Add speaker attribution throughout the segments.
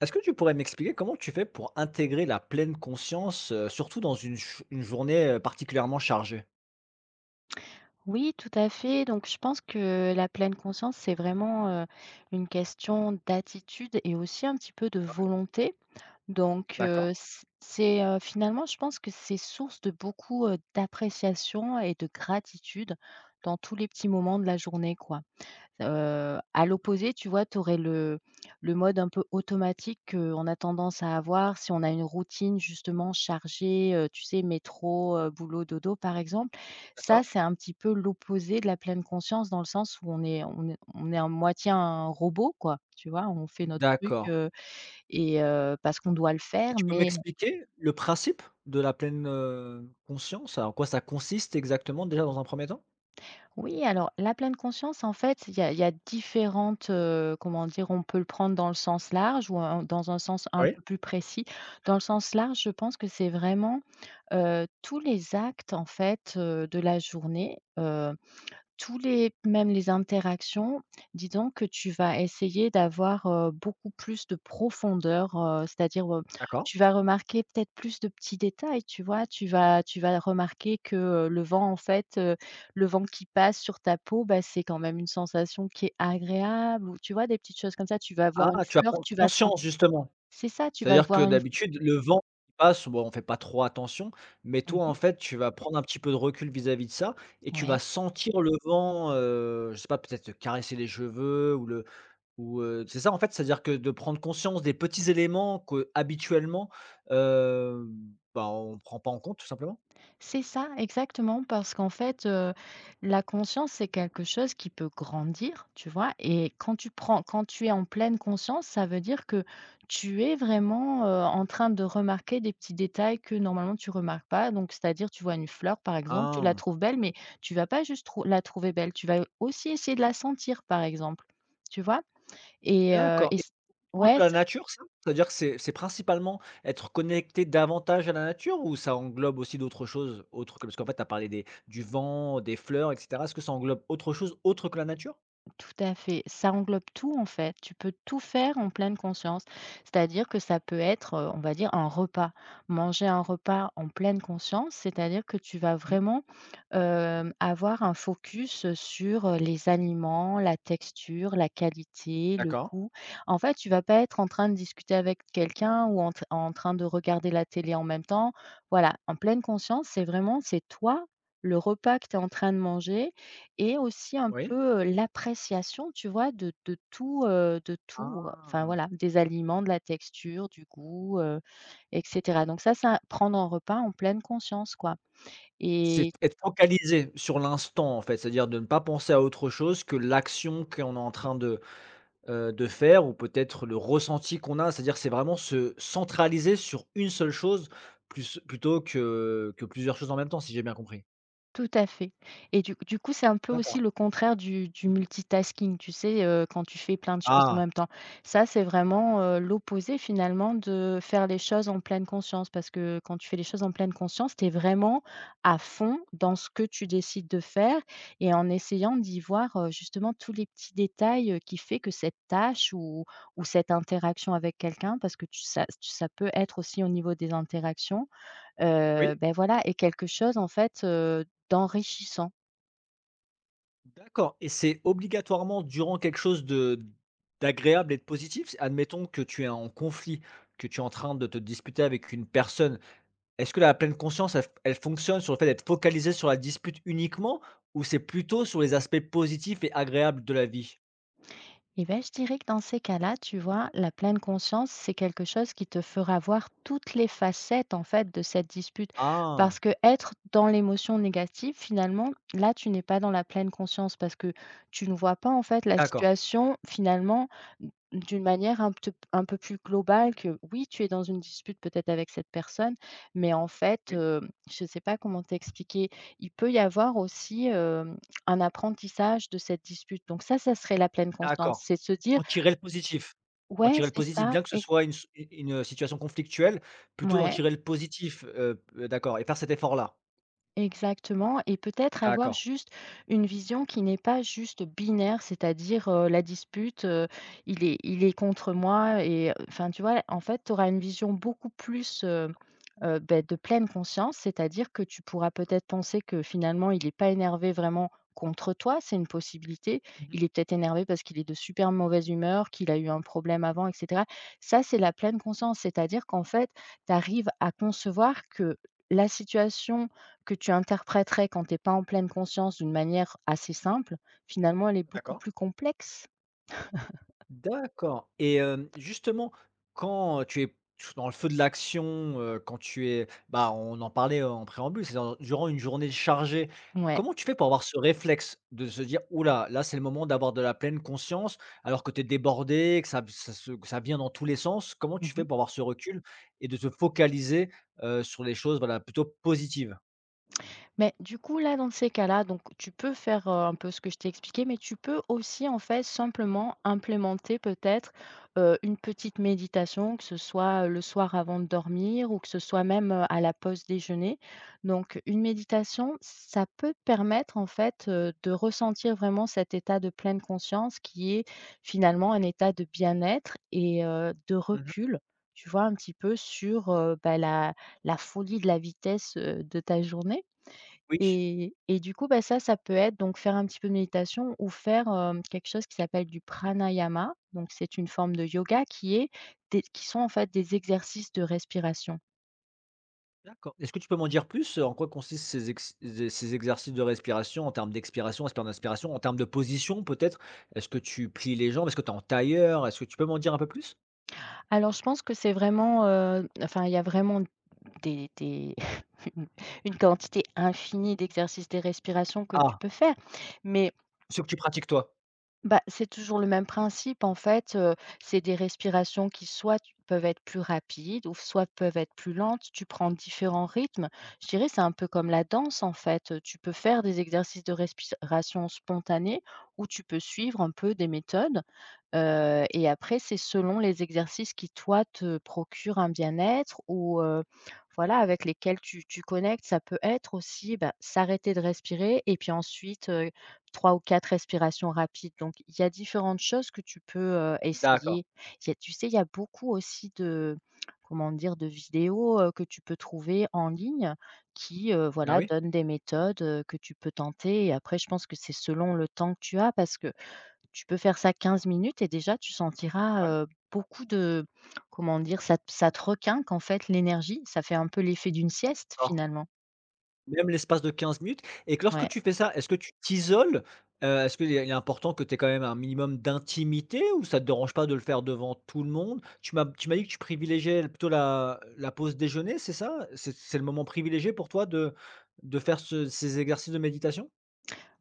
Speaker 1: Est-ce que tu pourrais m'expliquer comment tu fais pour intégrer la pleine conscience, surtout dans une journée, particulièrement chargée?
Speaker 2: Oui, tout à fait. Donc, je pense que la pleine conscience, c'est vraiment une question d'attitude et aussi un petit peu de volonté. Donc,
Speaker 1: D'accord,
Speaker 2: c'est finalement, je pense que c'est source de beaucoup d'appréciation et de gratitude dans tous les petits moments de la journée, quoi. Heu, à l'opposé, tu vois, tu aurais le mode un peu automatique qu'on a tendance à avoir si on a une routine justement chargée, tu sais métro, boulot, dodo par exemple. Ça,
Speaker 1: d'accord.
Speaker 2: c'est un petit peu l'opposé de la pleine conscience dans le sens où on est à moitié un robot quoi, tu vois? On fait notre truc,
Speaker 1: D'accord
Speaker 2: et parce qu'on doit le
Speaker 1: et
Speaker 2: faire
Speaker 1: tu peux
Speaker 2: mais...
Speaker 1: m'expliquer le principe de la pleine, conscience? En quoi ça consiste exactement déjà dans un premier temps?
Speaker 2: Oui, alors la pleine conscience, en fait, il y a différentes, comment dire, on peut le prendre dans le sens large ou dans un sens un
Speaker 1: Oui,
Speaker 2: peu plus précis. Dans le sens large, je pense que c'est vraiment tous les actes, en fait, de la journée. Tous les Même les interactions, dis donc, que tu vas essayer d'avoir, beaucoup plus de profondeur, c'est-à-dire,
Speaker 1: d'accord.
Speaker 2: tu vas remarquer peut-être plus de petits détails, tu vois? Tu vas remarquer que, le vent qui passe sur ta peau, bah, c'est quand même une sensation qui est agréable ou tu vois? Des petites choses comme ça. Tu vas voir une
Speaker 1: Ah, tu vas
Speaker 2: fleur,
Speaker 1: prendre
Speaker 2: tu vas sentir.
Speaker 1: conscience justement.
Speaker 2: C'est ça, tu vas
Speaker 1: C'est-à-dire que
Speaker 2: voir une f
Speaker 1: d'habitude le vent qui passe, bon, on fait pas trop attention, mais toi en
Speaker 2: mmh.
Speaker 1: fait tu vas prendre un petit peu de recul vis-à-vis de ça et tu vas
Speaker 2: Ouais.
Speaker 1: sentir le vent, je sais pas peut-être te caresser les cheveux ou le Ou, c'est ça, en fait, c'est-à-dire que de prendre conscience des petits éléments que, habituellement, heu, bah, on prend pas en compte, tout simplement?
Speaker 2: C'est ça, exactement, parce qu'en fait, la conscience, c'est quelque chose qui peut grandir, tu vois? Et quand tu es en pleine conscience, ça veut dire que tu es vraiment, en train de remarquer des petits détails que normalement tu remarques pas. Donc c'est-à-dire, tu vois une fleur, par exemple, tu la
Speaker 1: Ah,
Speaker 2: trouves belle, mais tu vas pas juste trou la trouver belle, tu vas aussi essayer de la sentir, par exemple, tu vois?
Speaker 1: d'accord
Speaker 2: Et
Speaker 1: et
Speaker 2: c
Speaker 1: proche de
Speaker 2: Ouais.
Speaker 1: la nature, ça? C'est-à-dire que c'est principalement être connecté davantage à la nature ou ça englobe aussi d'autres choses, autres que parce qu'en fait, tu as parlé des du vent, des fleurs et cetera. Est-ce que ça englobe autre chose, autre que la nature?
Speaker 2: Tout à fait. Ça englobe tout en fait. Tu peux tout faire en pleine conscience. C'est-à-dire que ça peut être, on va dire un repas. Manger un repas en pleine conscience, c'est-à-dire que tu vas
Speaker 1: Mmh,
Speaker 2: vraiment, avoir un focus, sur, les aliments, la texture, la qualité, le
Speaker 1: d'accord,
Speaker 2: goût. En fait, tu vas pas être en train de discuter avec quelqu'un ou en train de regarder la télé en même temps. Voilà, en pleine conscience, c'est vraiment, c'est toi, le repas que tu es en train de manger et aussi un
Speaker 1: oui.
Speaker 2: peu, l'appréciation, tu vois, de tout, enfin
Speaker 1: Ah,
Speaker 2: voilà, des aliments, de la texture, du goût, et cetera. Donc ça prendre un repas en pleine conscience, quoi.
Speaker 1: c'est
Speaker 2: Et...
Speaker 1: être focalisé sur l'instant, en fait, c'est-à-dire de ne pas penser à autre chose que l'action qu'on est en train de De faire ou peut-être le ressenti qu'on a, c'est-à-dire c'est vraiment se centraliser sur une seule chose plus plutôt que plusieurs choses en même temps, si j'ai bien compris?
Speaker 2: Tout à fait et du coup, c'est un peu aussi
Speaker 1: D'accord.
Speaker 2: le contraire du multitasking, tu sais, quand tu fais plein de choses en
Speaker 1: Ah!
Speaker 2: même temps. Ça, c'est vraiment, l'opposé finalement de faire les choses en pleine conscience parce que quand tu fais les choses en pleine conscience, tu es vraiment à fond dans ce que tu décides de faire et en essayant d'y voir, justement tous les petits détails, qui fait que cette tâche ou cette interaction avec quelqu'un parce que tu ça ça peut être aussi au niveau des interactions.
Speaker 1: Oui.
Speaker 2: Voilà est quelque chose en fait, d'enrichissant.
Speaker 1: D'accord et c'est obligatoirement durant quelque chose de d'agréable et de positif? Admettons que tu es en conflit, que tu es en train de te disputer avec une personne, est-ce que la pleine conscience, elle fonctionne sur le fait d'être focalisé sur la dispute uniquement ou c'est plutôt sur les aspects positifs et agréables de la vie?
Speaker 2: Eh ben, je dirais que dans ces cas-là, tu vois, la pleine conscience, c'est quelque chose qui te fera voir toutes les facettes, en fait, de cette dispute.
Speaker 1: Ah!
Speaker 2: Parce que être dans l'émotion négative, finalement, là, tu n'es pas dans la pleine conscience parce que tu ne vois pas, en fait, la
Speaker 1: D'accord.
Speaker 2: situation, finalement, d'une manière un peu plus globale que oui, tu es dans une dispute peut-être avec cette personne, mais en fait,
Speaker 1: Oui.
Speaker 2: je ne sais pas comment t'expliquer, il peut y avoir aussi, un apprentissage de cette dispute. Donc ça serait la pleine conscience.
Speaker 1: D'accord.
Speaker 2: C'est de se dire:
Speaker 1: En tirer le positif. En
Speaker 2: «Ouais,
Speaker 1: tirer le
Speaker 2: c'est
Speaker 1: positif,
Speaker 2: ça»
Speaker 1: bien que ce
Speaker 2: et
Speaker 1: soit une situation conflictuelle, plutôt d'en
Speaker 2: ouais,
Speaker 1: tirer le positif, d'accord et faire cet effort-là.
Speaker 2: exactement, et peut-être avoir
Speaker 1: D'accord.
Speaker 2: juste une vision qui n'est pas juste binaire, c'est-à-dire, la dispute, il est contre moi et enfin, tu vois? En fait, tu auras une vision beaucoup plus, de pleine conscience, c'est-à-dire que tu pourras peut-être penser que finalement il est pas énervé vraiment contre toi, c'est une possibilité.
Speaker 1: Mmh.
Speaker 2: Il est peut-être énervé parce qu'il est de super mauvaise humeur, qu'il a eu un problème avant et cetera. Ça, c'est la pleine conscience, c'est-à-dire qu'en fait, tu arrives à concevoir que la situation que tu interpréterais quand tu es pas en pleine conscience d'une manière assez simple, finalement elle est beaucoup
Speaker 1: D'accord.
Speaker 2: plus complexe.
Speaker 1: D'accord et hem, justement, quand tu es dans le feu de l'action, quand tu es bah, on en parlait en préambule, c'est dans durant une journée chargée,
Speaker 2: Ouais.
Speaker 1: comment tu fais pour avoir ce réflexe de se dire: «Ouh là, c'est le moment d'avoir de la pleine conscience», alors que tu es débordé, que ça ça se que ça vient dans tous les sens? Comment tu fais
Speaker 2: Mmh.
Speaker 1: pour avoir ce recul et de te focaliser, sur les choses, voilà, plutôt positives?
Speaker 2: Mais du coup, là, dans ces cas-là, donc tu peux faire, un peu ce que je t'ai expliqué, mais tu peux aussi, en fait, simplement implémenter peut-être, une petite méditation, que ce soit le soir avant de dormir ou que ce soit même, à la pause déjeuner. Donc une méditation, ça peut te permettre, en fait, de ressentir vraiment cet état de pleine conscience qui est finalement un état de bien-être et de
Speaker 1: Mmh.
Speaker 2: recul, tu vois? Un petit peu sur, la folie de la vitesse, de ta journée.
Speaker 1: Oui.
Speaker 2: Et du coup, bah, ça peut être donc faire un petit peu de méditation ou faire, quelque chose qui s'appelle du pranayama. Donc c'est une forme de yoga qui est des qui sont en fait des exercices de respiration.
Speaker 1: D'accord. Est-ce que tu peux m'en dire plus? En quoi consistent ces, ex- ces ces exercices de respiration en termes d'expiration, espère d'inspiration, en termes de position peut-être? Est-ce que tu plies les jambes? Est-ce que tu es en tailleur? Est-ce que tu peux m'en dire un peu plus?
Speaker 2: Alors je pense que c'est vraiment, enfin il y a vraiment des une une quantité infinie d'exercices des respirations que tu
Speaker 1: Ah,
Speaker 2: peux faire. Mais...
Speaker 1: ce que tu pratiques toi.
Speaker 2: Bah, c'est toujours le même principe en fait, c'est des respirations qui soit tu peuvent être plus rapides ou soit peuvent être plus lentes. Tu prends différents rythmes. Je dirais c'est un peu comme la danse en fait, tu peux faire des exercices de respiration spontanée ou tu peux suivre un peu des méthodes. Et après, c'est selon les exercices qui, toi, te procurent un bien-être ou voilà, avec lesquels tu connectes. Ça peut être aussi, bah, s'arrêter de respirer et puis ensuite, 3 ou quatre respirations rapides. Donc il y a différentes choses que tu peux,
Speaker 1: D'accord.
Speaker 2: essayer. Il y a, tu sais, il y a beaucoup aussi de, comment dire, de vidéos, que tu peux trouver en ligne qui,
Speaker 1: Ah
Speaker 2: voilà,
Speaker 1: oui?
Speaker 2: donnent des méthodes, que tu peux tenter et après je pense que c'est selon le temps que tu as parce que tu peux faire ça 15 minutes et déjà tu sentiras, beaucoup de, comment dire, ça te ça te requinque en fait l'énergie, ça fait un peu l'effet d'une sieste
Speaker 1: Ouais.
Speaker 2: finalement.
Speaker 1: Même l'espace de 15 minutes et que lorsque
Speaker 2: Ouais,
Speaker 1: tu fais ça, est-ce que tu t'isoles? Est-ce qu'il est important que tu aies quand même un minimum d'intimité ou ça te dérange pas de le faire devant tout le monde? Tu m'as dit que tu privilégiais plutôt la pause déjeuner, c'est ça? C'est le moment privilégié pour toi de faire ce ces exercices de méditation?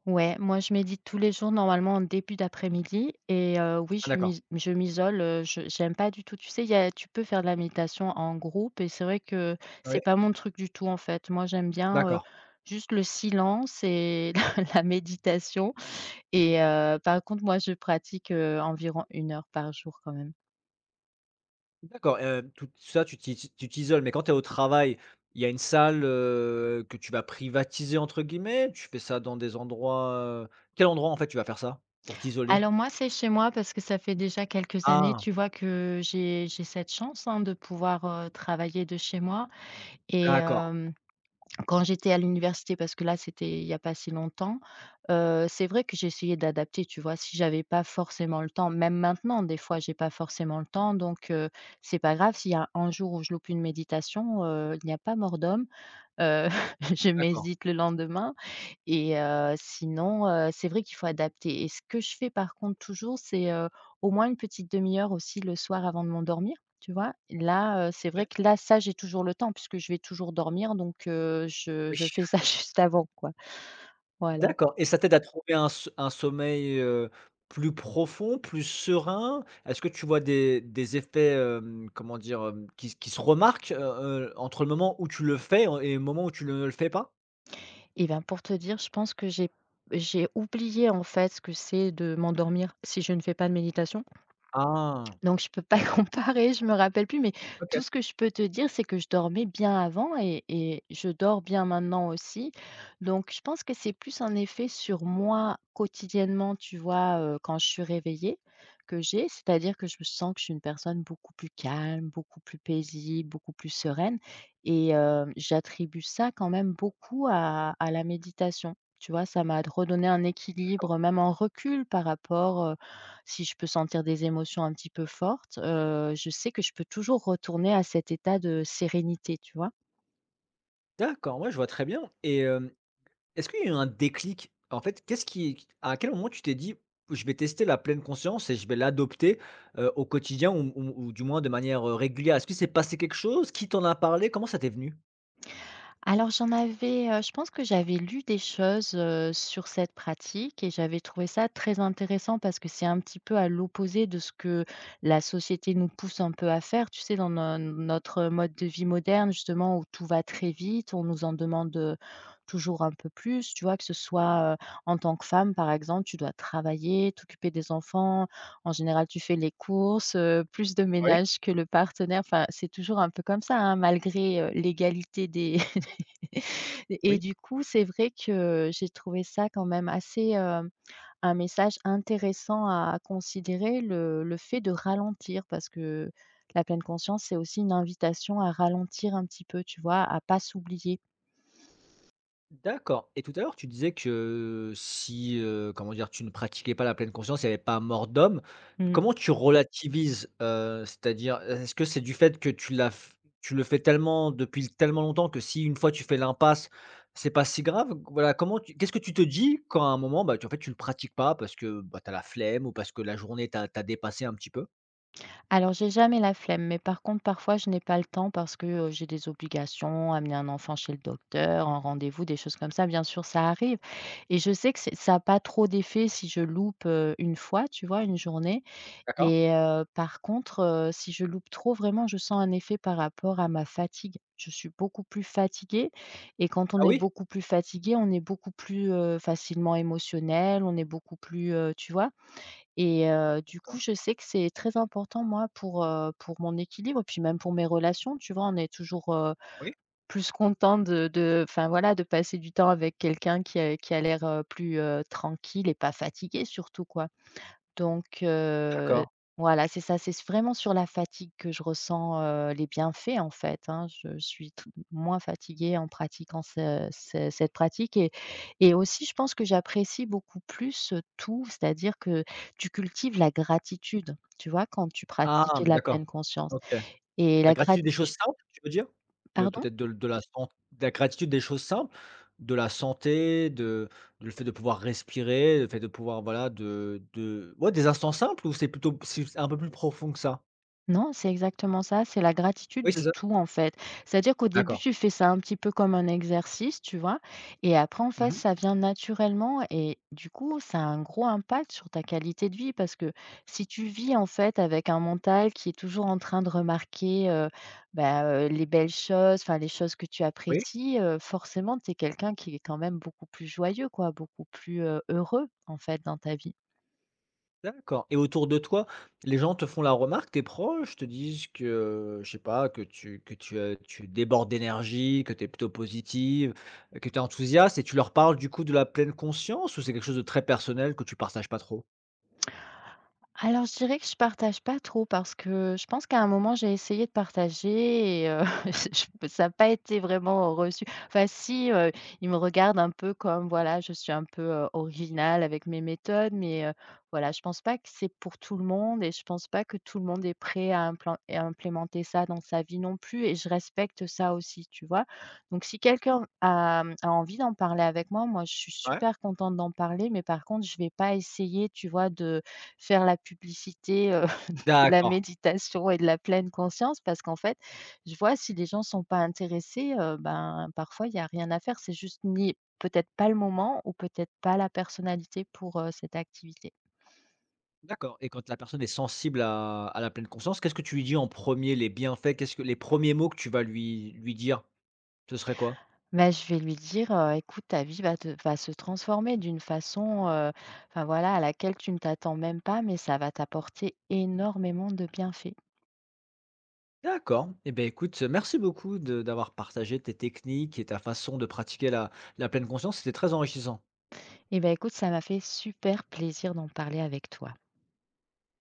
Speaker 2: ouais, moi je médite tous les jours normalement en début d'après-midi et oui,
Speaker 1: Ah d'accord,
Speaker 2: je m'isole, je j'aime pas du tout. Tu sais, il y a, tu peux faire de la méditation en groupe et c'est vrai que
Speaker 1: oui,
Speaker 2: c'est pas mon truc du tout en fait. Moi j'aime bien,
Speaker 1: d'accord,
Speaker 2: juste le silence et la méditation et par contre moi je pratique, environ 1 heure par jour quand même.
Speaker 1: d'accord, tout ça tu t'isoles mais quand tu es au travail, il y a une salle, que tu vas «privatiser» entre guillemets? Tu fais ça dans des endroits, heu quel endroit en fait tu vas faire ça pour t'isoler?
Speaker 2: Alors moi, c'est chez moi parce que ça fait déjà quelques années,
Speaker 1: Ah!
Speaker 2: tu vois, que j'ai cette chance, hein, de pouvoir, travailler de chez moi et
Speaker 1: D'accord,
Speaker 2: quand j'étais à l'université, parce que là, c'était il n'y a pas si longtemps, c'est vrai que j'essayais d'adapter, tu vois? Si j'avais pas forcément le temps, même maintenant, des fois, j'ai pas forcément le temps donc c'est pas grave s'il y a un jour où je loupe une méditation, il n'y a pas mort d'homme, heu, je
Speaker 1: d'accord.
Speaker 2: médite le lendemain et sinon, c'est vrai qu'il faut adapter et ce que je fais par contre toujours, c'est, au moins une petite demi heure aussi le soir avant de m'endormir, tu vois? Là, c'est vrai
Speaker 1: OK.
Speaker 2: que là, ça, j'ai toujours le temps puisque je vais toujours dormir donc je
Speaker 1: Oui,
Speaker 2: je fais ça juste avant, quoi. Voilà.
Speaker 1: d'accord et ça t'aide à trouver un sommeil, plus profond, plus serein? Est-ce que tu vois des effets, hem, comment dire? Hem, qui se remarquent, entre le moment où tu le fais et le moment où tu ne le fais pas?
Speaker 2: Et ben, pour te dire, je pense que j'ai oublié en fait ce que c'est de m'endormir si je ne fais pas de méditation.
Speaker 1: Ah!
Speaker 2: Donc je peux pas
Speaker 1: D'accord.
Speaker 2: comparer, je me rappelle plus, mais
Speaker 1: OK,
Speaker 2: tout ce que je peux te dire, c'est que je dormais bien avant et je dors bien maintenant aussi. Donc je pense que c'est plus un effet sur moi quotidiennement, tu vois, quand je suis réveillée, que j'ai. C'est-à-dire que je sens que je suis une personne beaucoup plus calme, beaucoup plus paisible, beaucoup plus sereine et j'attribue ça quand même beaucoup à la méditation. Tu vois? Ça m'a redonné un
Speaker 1: d'accord.
Speaker 2: équilibre, même en recul par rapport, si je peux sentir des émotions un petit peu fortes, je sais que je peux toujours retourner à cet état de sérénité, tu vois?
Speaker 1: D'accord, ouais, je vois très bien et hem. Est-ce qu'il y a eu un déclic? En fait, qu'est-ce qui à quel moment tu t'es dit: «Je vais tester la pleine conscience et je vais l'adopter, au quotidien ou du moins de manière, régulière»? Est-ce que s'est passé quelque chose? Qui t'en a parlé? Comment ça t'est venu?
Speaker 2: Alors j'en avais, je pense que j'avais lu des choses, sur cette pratique et j'avais trouvé ça très intéressant parce que c'est un petit peu à l'opposé de ce que la société nous pousse un peu à faire. Tu sais, dans no notre mode de vie moderne justement où tout va très vite, on nous en demande, toujours un peu plus, tu vois? Que ce soit, en tant que femme par exemple, tu dois travailler, t'occuper des enfants, en général tu fais les courses, plus de
Speaker 1: Oui.
Speaker 2: ménage que le partenaire. Enfin, c'est toujours un peu comme ça, hein, malgré, l'égalité des et
Speaker 1: Oui.
Speaker 2: du coup, c'est vrai que j'ai trouvé ça quand même assez, un message intéressant à considérer, le fait de ralentir. Parce que la pleine conscience, c'est aussi une invitation à ralentir un petit peu, tu vois? À pas s'oublier.
Speaker 1: D'accord et tout à l'heure, tu disais que si, comment dire? Tu ne pratiquais pas la pleine conscience, il n'y avait pas mort d'homme.
Speaker 2: Mmh.
Speaker 1: Comment tu relativises? C'est-à-dire, est-ce que c'est du fait que tu l'as f tu le fais tellement depuis tellement longtemps que si une fois tu fais l'impasse, c'est pas si grave? Voilà, comment tu qu'est-ce que tu te dis quand à un moment, bah, tu le pratiques pas parce que, bah, tu as la flemme ou parce que la journée t'a dépassé un petit peu?
Speaker 2: Alors j'ai jamais la flemme, mais par contre, parfois, je n'ai pas le temps parce que, j'ai des obligations, amener un enfant chez le docteur, un rendez-vous, des choses comme ça. Bien sûr, ça arrive et je sais que c'est ça a pas trop d'effet si je loupe, une fois, tu vois, une journée.
Speaker 1: D'accord.
Speaker 2: Et par contre, si je loupe trop, vraiment, je sens un effet par rapport à ma fatigue. Je suis beaucoup plus fatiguée et quand on
Speaker 1: Ah
Speaker 2: est
Speaker 1: oui?
Speaker 2: beaucoup plus fatigué, on est beaucoup plus, facilement émotionnel, on est beaucoup plus, tu vois? Et du coup,
Speaker 1: D'accord.
Speaker 2: je sais que c'est très important, moi, pour mon équilibre, puis même pour mes relations, tu vois? On est toujours,
Speaker 1: Oui?
Speaker 2: plus content de enfin, voilà, de passer du temps avec quelqu'un qui a l'air, plus, tranquille et pas fatigué surtout, quoi. Donc
Speaker 1: D'accord.
Speaker 2: voilà, c'est ça, c'est vraiment sur la fatigue que je ressens, les bienfaits, en fait, hein. Je suis tr Moins fatiguée en pratiquant ce ce cette pratique et aussi je pense que j'apprécie beaucoup plus, tout, c'est-à-dire que tu cultives la gratitude, tu vois? Quand tu
Speaker 1: Ah!
Speaker 2: pratiques la
Speaker 1: D'accord.
Speaker 2: pleine conscience
Speaker 1: OK.
Speaker 2: et
Speaker 1: La
Speaker 2: la
Speaker 1: gratitude des choses
Speaker 2: gratitude.
Speaker 1: simples, tu veux dire? De
Speaker 2: Pardon?
Speaker 1: peut-être de la gratitude des choses simples, de la santé, de le fait de pouvoir respirer, le fait de pouvoir, voilà, de ouais, des instants simples ou c'est plutôt c'est un peu plus profond que ça?
Speaker 2: Non, c'est exactement ça, c'est la gratitude
Speaker 1: Oui, c'est
Speaker 2: de
Speaker 1: ça.
Speaker 2: tout en fait. C'est-à-dire qu'au début,
Speaker 1: D'accord.
Speaker 2: tu fais ça un petit peu comme un exercice, tu vois? Et après, en fait,
Speaker 1: Mmh.
Speaker 2: ça vient naturellement et du coup, ça a un gros impact sur ta qualité de vie parce que si tu vis en fait avec un mental qui est toujours en train de remarquer, bah, les belles choses, enfin les choses que tu
Speaker 1: Oui,
Speaker 2: apprécies, forcément, tu es quelqu'un qui est quand même beaucoup plus joyeux quoi, beaucoup plus, heureux en fait dans ta vie.
Speaker 1: d'accord et autour de toi, les gens te font la remarque, tes proches te disent que, je sais pas, que tu débordes d'énergie, que tu es plutôt positive, que tu es enthousiaste et tu leur parles du coup de la pleine conscience ou c'est quelque chose de très personnel que tu partages pas trop?
Speaker 2: Alors, je dirais que je partage pas trop parce que je pense qu'à un moment, j'ai essayé de partager et je ça n'a pas été vraiment reçu. Enfin si, ils me regardent un peu comme voilà, je suis un peu, originale avec mes méthodes, mais voilà, je pense pas que c'est pour tout le monde et je pense pas que tout le monde est prêt à implémenter ça dans sa vie non plus et je respecte ça aussi, tu vois? Donc si quelqu'un a, mmh, a envie d'en parler avec moi, moi, je suis
Speaker 1: Ouais.
Speaker 2: super contente d'en parler, mais par contre, je vais pas essayer, tu vois, de faire la publicité, de la
Speaker 1: D'accord,
Speaker 2: méditation et de la pleine conscience parce qu'en fait, je vois si les gens sont pas intéressés, ben, parfois il y a rien à faire. C'est juste ni peut-être pas le moment ou peut-être pas la personnalité pour, cette activité.
Speaker 1: d'accord et quand la personne est sensible à la pleine conscience, qu'est-ce que tu lui dis en premier, les bienfaits? Qu'est-ce que les premiers mots que tu vas lui dire, ce serait quoi?
Speaker 2: Bah, je vais lui dire, «Écoute, ta vie va te va se transformer d'une façon, enfin voilà, à laquelle tu ne t'attends même pas, mais ça va t'apporter énormément de bienfaits».
Speaker 1: D'accord et beh, écoute, merci beaucoup de d'avoir partagé tes techniques et ta façon de pratiquer la la pleine conscience, c'était très enrichissant.
Speaker 2: Et ben écoute, ça m'a fait super plaisir d'en parler avec toi.